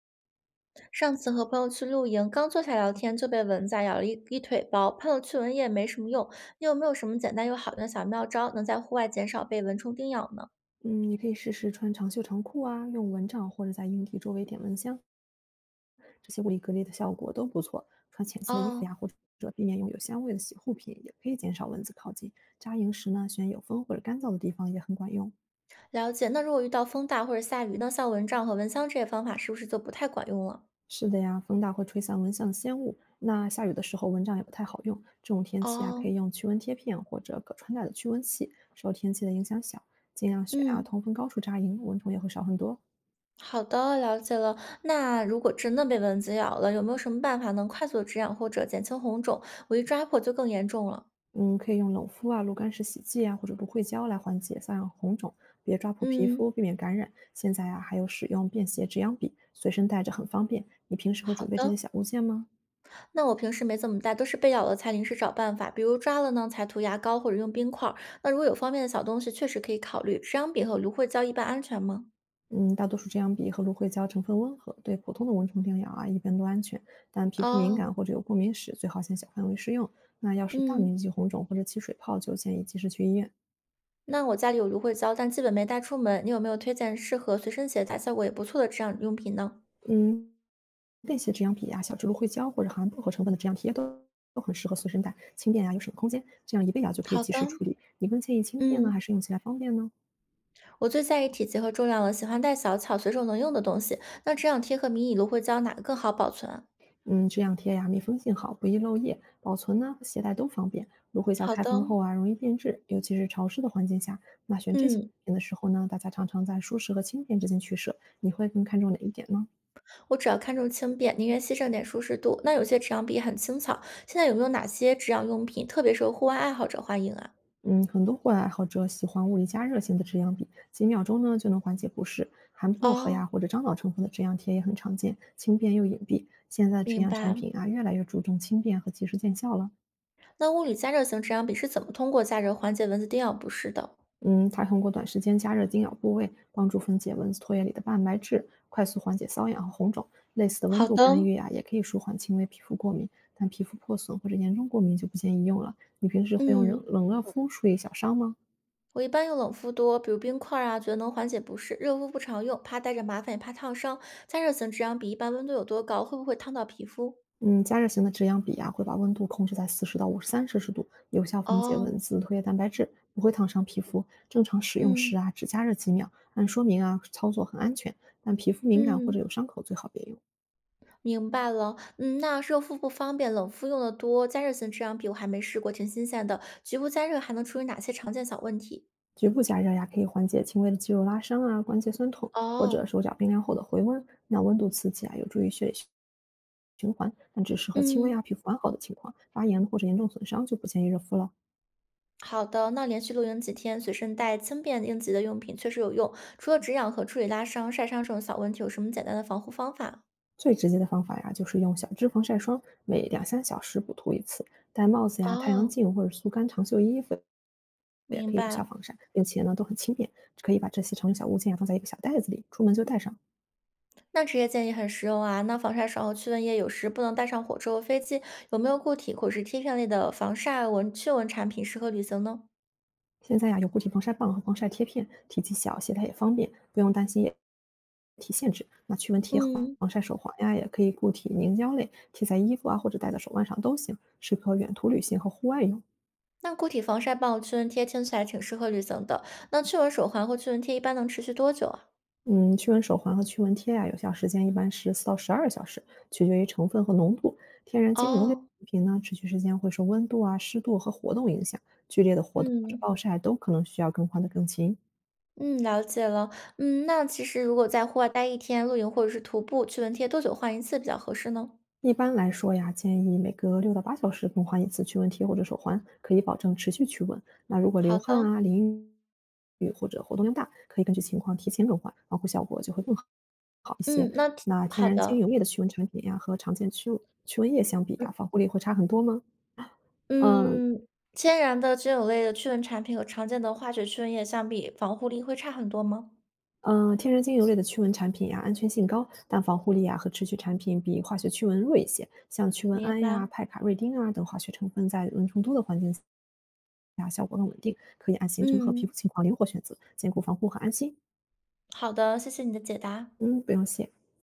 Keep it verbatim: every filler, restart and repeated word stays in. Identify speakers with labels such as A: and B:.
A: 上次和朋友去露营，刚坐下聊天就被蚊子啊咬了一一腿包，喷了驱蚊液没什么用。你有没有什么简单又好用的小妙招，能在户外减少被蚊虫叮咬呢？
B: 嗯，你可以试试穿长袖长裤啊，用蚊帐或者在硬币周围点蚊香，这些物理隔离的效果都不错。穿浅色的衣服
A: 哦，
B: 呀，或者避免用有香味的洗护品，也可以减少蚊子靠近。扎营时呢，选有风或者干燥的地方也很管用。
A: 了解。那如果遇到风大或者下雨，那像蚊帐和蚊香这些方法是不是就不太管用了？
B: 是的呀，风大会吹散蚊香的烟雾，那下雨的时候蚊帐也不太好用。这种天气啊，可
A: 哦，
B: 以用驱蚊贴片或者可穿戴的驱蚊器，受天气的影响小，尽量选啊
A: 嗯，
B: 通风高处扎营，蚊虫也会少很多。
A: 好的，了解了。那如果真的被蚊子咬了，有没有什么办法能快速止痒或者减轻红肿？我一抓破就更严重了。
B: 嗯，可以用冷敷啊、炉甘石洗剂啊，或者芦荟胶来缓解瘙痒红肿，别抓破皮
A: 嗯，
B: 肤，避免感染。现在啊，还有使用便携止痒笔，随身带着很方便。你平时会
A: 好
B: 准备这
A: 的。
B: 些小物件吗？
A: 那我平时没怎么带，都是被咬了才临时找办法，比如抓了呢才涂牙膏或者用冰块儿。那如果有方便的小东西，确实可以考虑。止痒笔和芦荟胶一般安全吗？
B: 嗯，大多数止痒笔和芦荟胶成分温和，对普通的蚊虫叮咬啊一般都安全，但皮肤敏
A: 哦，
B: 感或者有过敏史，最好先小范围试用。那要是大
A: 嗯，
B: 面积红肿或者起水泡，就建议及时去医院。
A: 那我家里有芦荟胶，但基本没带出门。你有没有推荐适合随身携带、效果也不错的止痒用品呢？
B: 嗯，便携止痒笔呀、小植芦荟胶或者含薄荷成分的止痒贴都都很适合随身带，轻便呀、又省空间，这样一备呀、就可以
A: 好
B: 及时
A: 的，
B: 处理。你更建议轻便呢，还
A: 嗯，
B: 是用起来方便呢？
A: 我最在意体积和重量了，喜欢带小巧、随手能用的东西。那止痒贴和迷你芦荟胶哪个更好保存啊？
B: 嗯，止痒贴呀、密封性好，不易漏液，保存呢和携带都方便。芦荟胶
A: 好
B: 开
A: 的，
B: 封后啊，容易变质，尤其是潮湿的环境下，那选这些
A: 嗯，
B: 品的时候呢，大家常常在舒适和轻便之间取舍，你会更看重哪一点呢？
A: 我只要看重轻便，宁愿牺牲点舒适度。那有些止痒笔很轻巧，现在有没有哪些止痒用品特别受户外爱好者欢迎啊？
B: 嗯，很多户外爱好者喜欢物理加热型的止痒笔，几秒钟呢就能缓解不适。含薄荷呀
A: 哦，
B: 或者樟脑成分的止痒贴也很常见，轻便又隐蔽。现在止
A: 明
B: 痒产
A: 白。
B: 品啊越来越注重轻便和及时见效了。
A: 那物理加热型止痒笔是怎么通过加热缓解蚊子叮咬不适的？
B: 嗯，它通过短时间加热叮咬部位，帮助分解蚊子唾液里的蛋白质，快速缓解瘙痒和红肿。类似的温
A: 好
B: 度干
A: 的，
B: 预呀、也可以舒缓轻微皮肤过敏，但皮肤破损或者严重过敏就不建议用了。你平时会用冷
A: 嗯，
B: 冷热敷处理小伤吗？
A: 我一般用冷敷多，比如冰块儿啊，觉得能缓解不适。热敷不常用，怕带着麻烦也怕烫伤。加热型止痒笔一般温度有多高？会不会烫到皮肤？
B: 嗯，加热型的止痒笔啊，会把温度控制在四十到五十三摄氏度，有效分解
A: 哦，
B: 蚊子唾液蛋白质，不会烫伤皮肤。正常使用
A: 嗯
B: 时啊，只加热几秒，按说明啊操作很安全，但皮肤敏感或者
A: 嗯。
B: 有伤口最好别用。
A: 明白了，嗯，那热敷不方便，冷敷用的多，加热型制氧笔我还没试过，挺新鲜的。局部加热还能处理哪些常见小问题？
B: 局部加热呀，可以缓解轻微的肌肉拉伤啊、关节酸痛或
A: 哦，
B: 者手脚冰凉后的回温。那温度刺激啊，有助于血液循环，但只适合轻微
A: 嗯，
B: 啊皮肤完好的情况，发炎或者严重损伤就不建议热敷了。
A: 好的，那连续露营几天，随身带轻便应急的用品确实有用。除了止痒和处理拉伤、晒伤这种小问题，有什么简单的防护方法？
B: 最直接的方法呀，就是用小支防晒霜，每两三小时补涂一次，戴帽子呀、太阳
A: 哦，
B: 镜或者速干长袖衣服，也
A: 明
B: 可以有
A: 白。
B: 效防晒，并且呢都很轻便，可以把这些常用小物件呀放在一个小袋子里，出门就带上。
A: 那职业建议很实用啊。那防晒霜和驱蚊液有时不能带上火车和飞机，有没有固体或是贴片类的防晒蚊驱蚊产品适合旅行呢？
B: 现在呀有固体防晒棒和防晒贴片，体积小，携带也方便，不用担心液体限制。那驱蚊贴和
A: 嗯。
B: 防晒手环呀，也可以固体凝胶类，贴在衣服啊或者戴在手腕上都行，适合远途旅行和户外用。
A: 那固体防晒棒、驱蚊贴听起来挺适合旅行的。那驱蚊手环或驱蚊贴一般能持续多久啊？
B: 嗯，驱蚊手环和驱蚊贴呀，有效时间一般是四到十二小时，取决于成分和浓度。天然精油类产
A: 哦，
B: 品呢，持续时间会受温度啊、湿度和活动影响，剧烈的活动或者
A: 嗯
B: 暴晒都可能需要更换的更勤。
A: 嗯，了解了。嗯，那其实如果在户外待一天，露营或者是徒步，驱蚊贴多久换一次比较合适呢？
B: 一般来说呀，建议每隔六到八小时更换一次驱蚊贴或者手环，可以保证持续驱蚊。那如果流
A: 好
B: 汗
A: 的，
B: 啊、淋雨或者活动量大，可以根据情况提前更换，防护效果就会更好。
A: 嗯，那挺
B: 那天
A: 好
B: 然精
A: 的，
B: 油类的驱蚊产品呀，和常见驱驱蚊液相比
A: 嗯
B: 啊，防护力会差很多吗？嗯，
A: 嗯，天然的菌种类的驱蚊产品和常见的化学驱蚊液相比，防护力会差很多吗？
B: 嗯呃，天然精油类的驱蚊产品呀，安全性高，但防护力啊和持续产品比化学驱蚊弱一些。像驱蚊
A: 明
B: 胺
A: 白，
B: 呀、派卡瑞丁啊等化学成分，在蚊虫多的环境下效果更稳定，可以按行程和皮
A: 嗯，
B: 肤情况灵活选择，兼顾防护和安心。
A: 好的，谢谢你的解答。
B: 嗯，不用谢。